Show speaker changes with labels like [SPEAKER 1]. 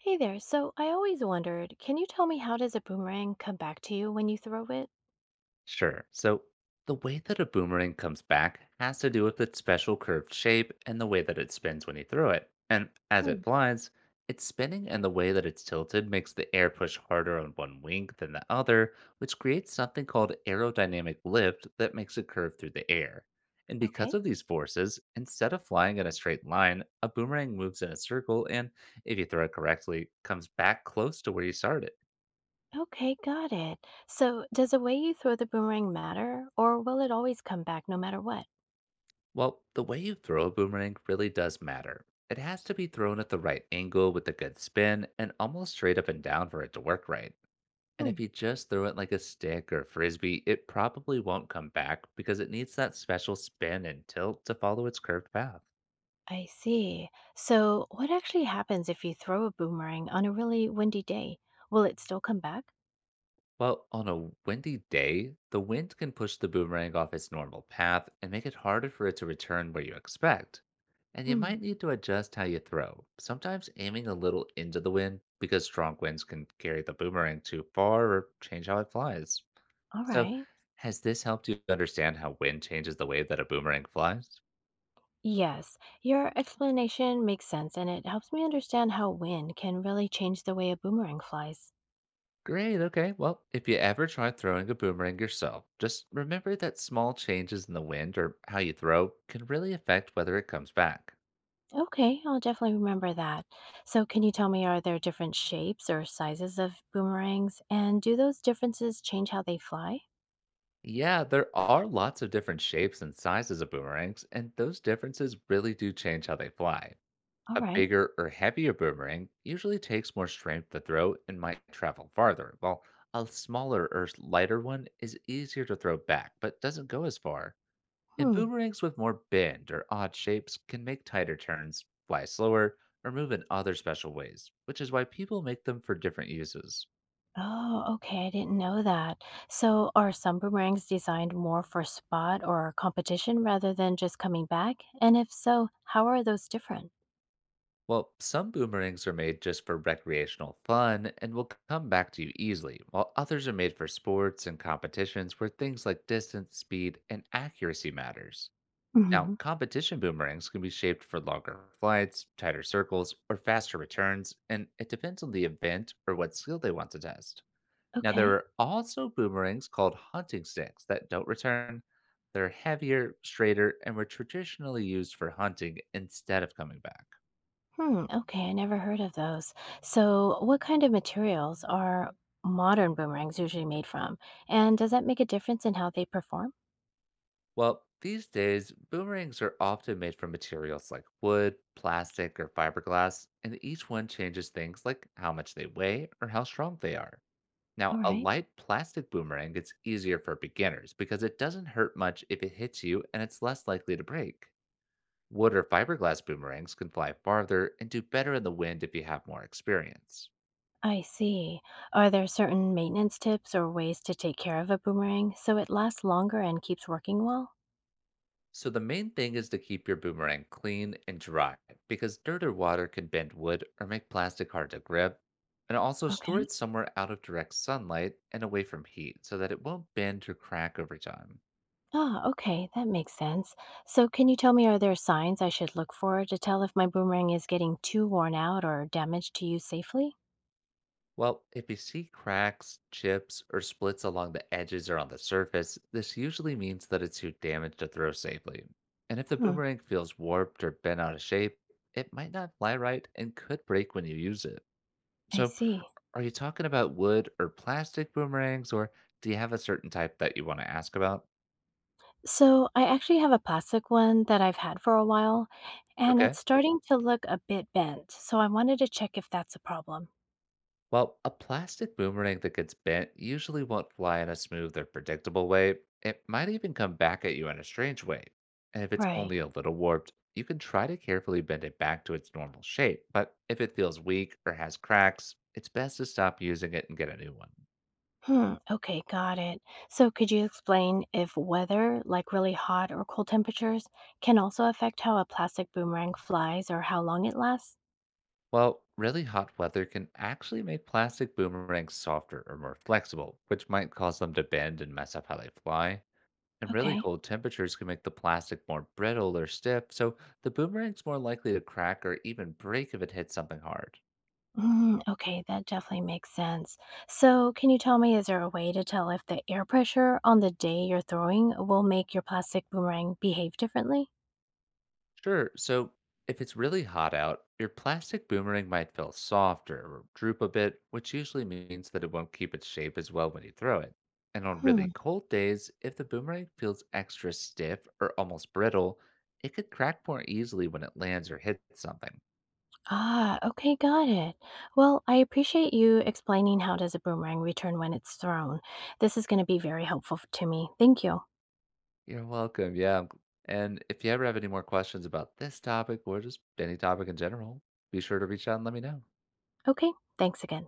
[SPEAKER 1] Hey there. So I always wondered, can you tell me how does a boomerang come back to you when you throw it?
[SPEAKER 2] Sure. So the way that a boomerang comes back has to do with its special curved shape and the way that it spins when you throw it. And as
[SPEAKER 1] Hmm.
[SPEAKER 2] it flies, its spinning and the way that it's tilted makes the air push harder on one wing than the other, which creates something called aerodynamic lift that makes it curve through the air. And
[SPEAKER 1] Okay.
[SPEAKER 2] because of these forces, instead of flying in a straight line, a boomerang moves in a circle and, if you throw it correctly, comes back close to where you started.
[SPEAKER 1] Okay, got it. So does the way you throw the boomerang matter, or will it always come back no matter what?
[SPEAKER 2] Well, the way you throw a boomerang really does matter. It has to be thrown at the right angle with a good spin and almost straight up and down for it to work right. And
[SPEAKER 1] Hmm.
[SPEAKER 2] if you just throw it like a stick or frisbee, it probably won't come back because it needs that special spin and tilt to follow its curved path.
[SPEAKER 1] I see. So what actually happens if you throw a boomerang on a really windy day? Will it still come back?
[SPEAKER 2] Well, on a windy day, the wind can push the boomerang off its normal path and make it harder for it to return where you expect. And you
[SPEAKER 1] Hmm.
[SPEAKER 2] might need to adjust how you throw, sometimes aiming a little into the wind because strong winds can carry the boomerang too far or change how it flies.
[SPEAKER 1] All
[SPEAKER 2] So,
[SPEAKER 1] right.
[SPEAKER 2] has this helped you understand how wind changes the way that a boomerang flies?
[SPEAKER 1] Yes, your explanation makes sense and it helps me understand how wind can really change the way a boomerang flies.
[SPEAKER 2] Great, okay. Well, if you ever try throwing a boomerang yourself, just remember that small changes in the wind or how you throw can really affect whether it comes back.
[SPEAKER 1] Okay, I'll definitely remember that. So, can you tell me, are there different shapes or sizes of boomerangs? And do those differences change how they fly?
[SPEAKER 2] Yeah, there are lots of different shapes and sizes of boomerangs, and those differences really do change how they fly.
[SPEAKER 1] All
[SPEAKER 2] A
[SPEAKER 1] right.
[SPEAKER 2] bigger or heavier boomerang usually takes more strength to throw and might travel farther, while a smaller or lighter one is easier to throw back but doesn't go as far. And
[SPEAKER 1] Hmm.
[SPEAKER 2] boomerangs with more bend or odd shapes can make tighter turns, fly slower, or move in other special ways, which is why people make them for different uses.
[SPEAKER 1] Oh, okay. I didn't know that. So, are some boomerangs designed more for spot or competition rather than just coming back? And if so, how are those different?
[SPEAKER 2] Well, some boomerangs are made just for recreational fun and will come back to you easily, while others are made for sports and competitions where things like distance, speed, and accuracy matters. Now,
[SPEAKER 1] Hmm.
[SPEAKER 2] competition boomerangs can be shaped for longer flights, tighter circles, or faster returns, and it depends on the event or what skill they want to test. Now, there
[SPEAKER 1] Okay.
[SPEAKER 2] are also boomerangs called hunting sticks that don't return. They're heavier, straighter, and were traditionally used for hunting instead of coming back.
[SPEAKER 1] Hmm. Okay. I never heard of those. So, what kind of materials are modern boomerangs usually made from? And does that make a difference in how they perform?
[SPEAKER 2] Well, these days, boomerangs are often made from materials like wood, plastic, or fiberglass, and each one changes things like how much they weigh or how strong they are.
[SPEAKER 1] All
[SPEAKER 2] Now, a
[SPEAKER 1] right.
[SPEAKER 2] light plastic boomerang is easier for beginners because it doesn't hurt much if it hits you and it's less likely to break. Wood or fiberglass boomerangs can fly farther and do better in the wind if you have more experience.
[SPEAKER 1] I see. Are there certain maintenance tips or ways to take care of a boomerang so it lasts longer and keeps working well?
[SPEAKER 2] So the main thing is to keep your boomerang clean and dry because dirt or water can bend wood or make plastic hard to grip. And also store
[SPEAKER 1] Okay.
[SPEAKER 2] it somewhere out of direct sunlight and away from heat so that it won't bend or crack over time.
[SPEAKER 1] Ah, okay. That makes sense. So, can you tell me, are there signs I should look for to tell if my boomerang is getting too worn out or damaged to use safely?
[SPEAKER 2] Well, if you see cracks, chips, or splits along the edges or on the surface, this usually means that it's too damaged to throw safely. And if the
[SPEAKER 1] Hmm.
[SPEAKER 2] boomerang feels warped or bent out of shape, it might not fly right and could break when you use it.
[SPEAKER 1] I
[SPEAKER 2] So,
[SPEAKER 1] see.
[SPEAKER 2] are you talking about wood or plastic boomerangs, or do you have a certain type that you want to ask about?
[SPEAKER 1] So, I actually have a plastic one that I've had for a while, and it's
[SPEAKER 2] Okay.
[SPEAKER 1] starting to look a bit bent. So, I wanted to check if that's a problem.
[SPEAKER 2] Well, a plastic boomerang that gets bent usually won't fly in a smooth or predictable way. It might even come back at you in a strange way. And if it's
[SPEAKER 1] Right.
[SPEAKER 2] only a little warped, you can try to carefully bend it back to its normal shape. But if it feels weak or has cracks, it's best to stop using it and get a new one.
[SPEAKER 1] Hmm, okay, got it. So could you explain if weather, like really hot or cold temperatures, can also affect how a plastic boomerang flies or how long it lasts?
[SPEAKER 2] Well, really hot weather can actually make plastic boomerangs softer or more flexible, which might cause them to bend and mess up how they fly. And really
[SPEAKER 1] Okay.
[SPEAKER 2] cold temperatures can make the plastic more brittle or stiff, so the boomerang's more likely to crack or even break if it hits something hard.
[SPEAKER 1] Mm, okay, that definitely makes sense. So, can you tell me, is there a way to tell if the air pressure on the day you're throwing will make your plastic boomerang behave differently?
[SPEAKER 2] Sure. So if it's really hot out, your plastic boomerang might feel softer or droop a bit, which usually means that it won't keep its shape as well when you throw it. And on really
[SPEAKER 1] Hmm.
[SPEAKER 2] cold days, if the boomerang feels extra stiff or almost brittle, it could crack more easily when it lands or hits something.
[SPEAKER 1] Ah, okay, got it. Well, I appreciate you explaining how does a boomerang return when it's thrown. This is going to be very helpful to me. Thank you.
[SPEAKER 2] You're welcome. Yeah. And if you ever have any more questions about this topic or just any topic in general, be sure to reach out and let me know.
[SPEAKER 1] Okay, thanks again.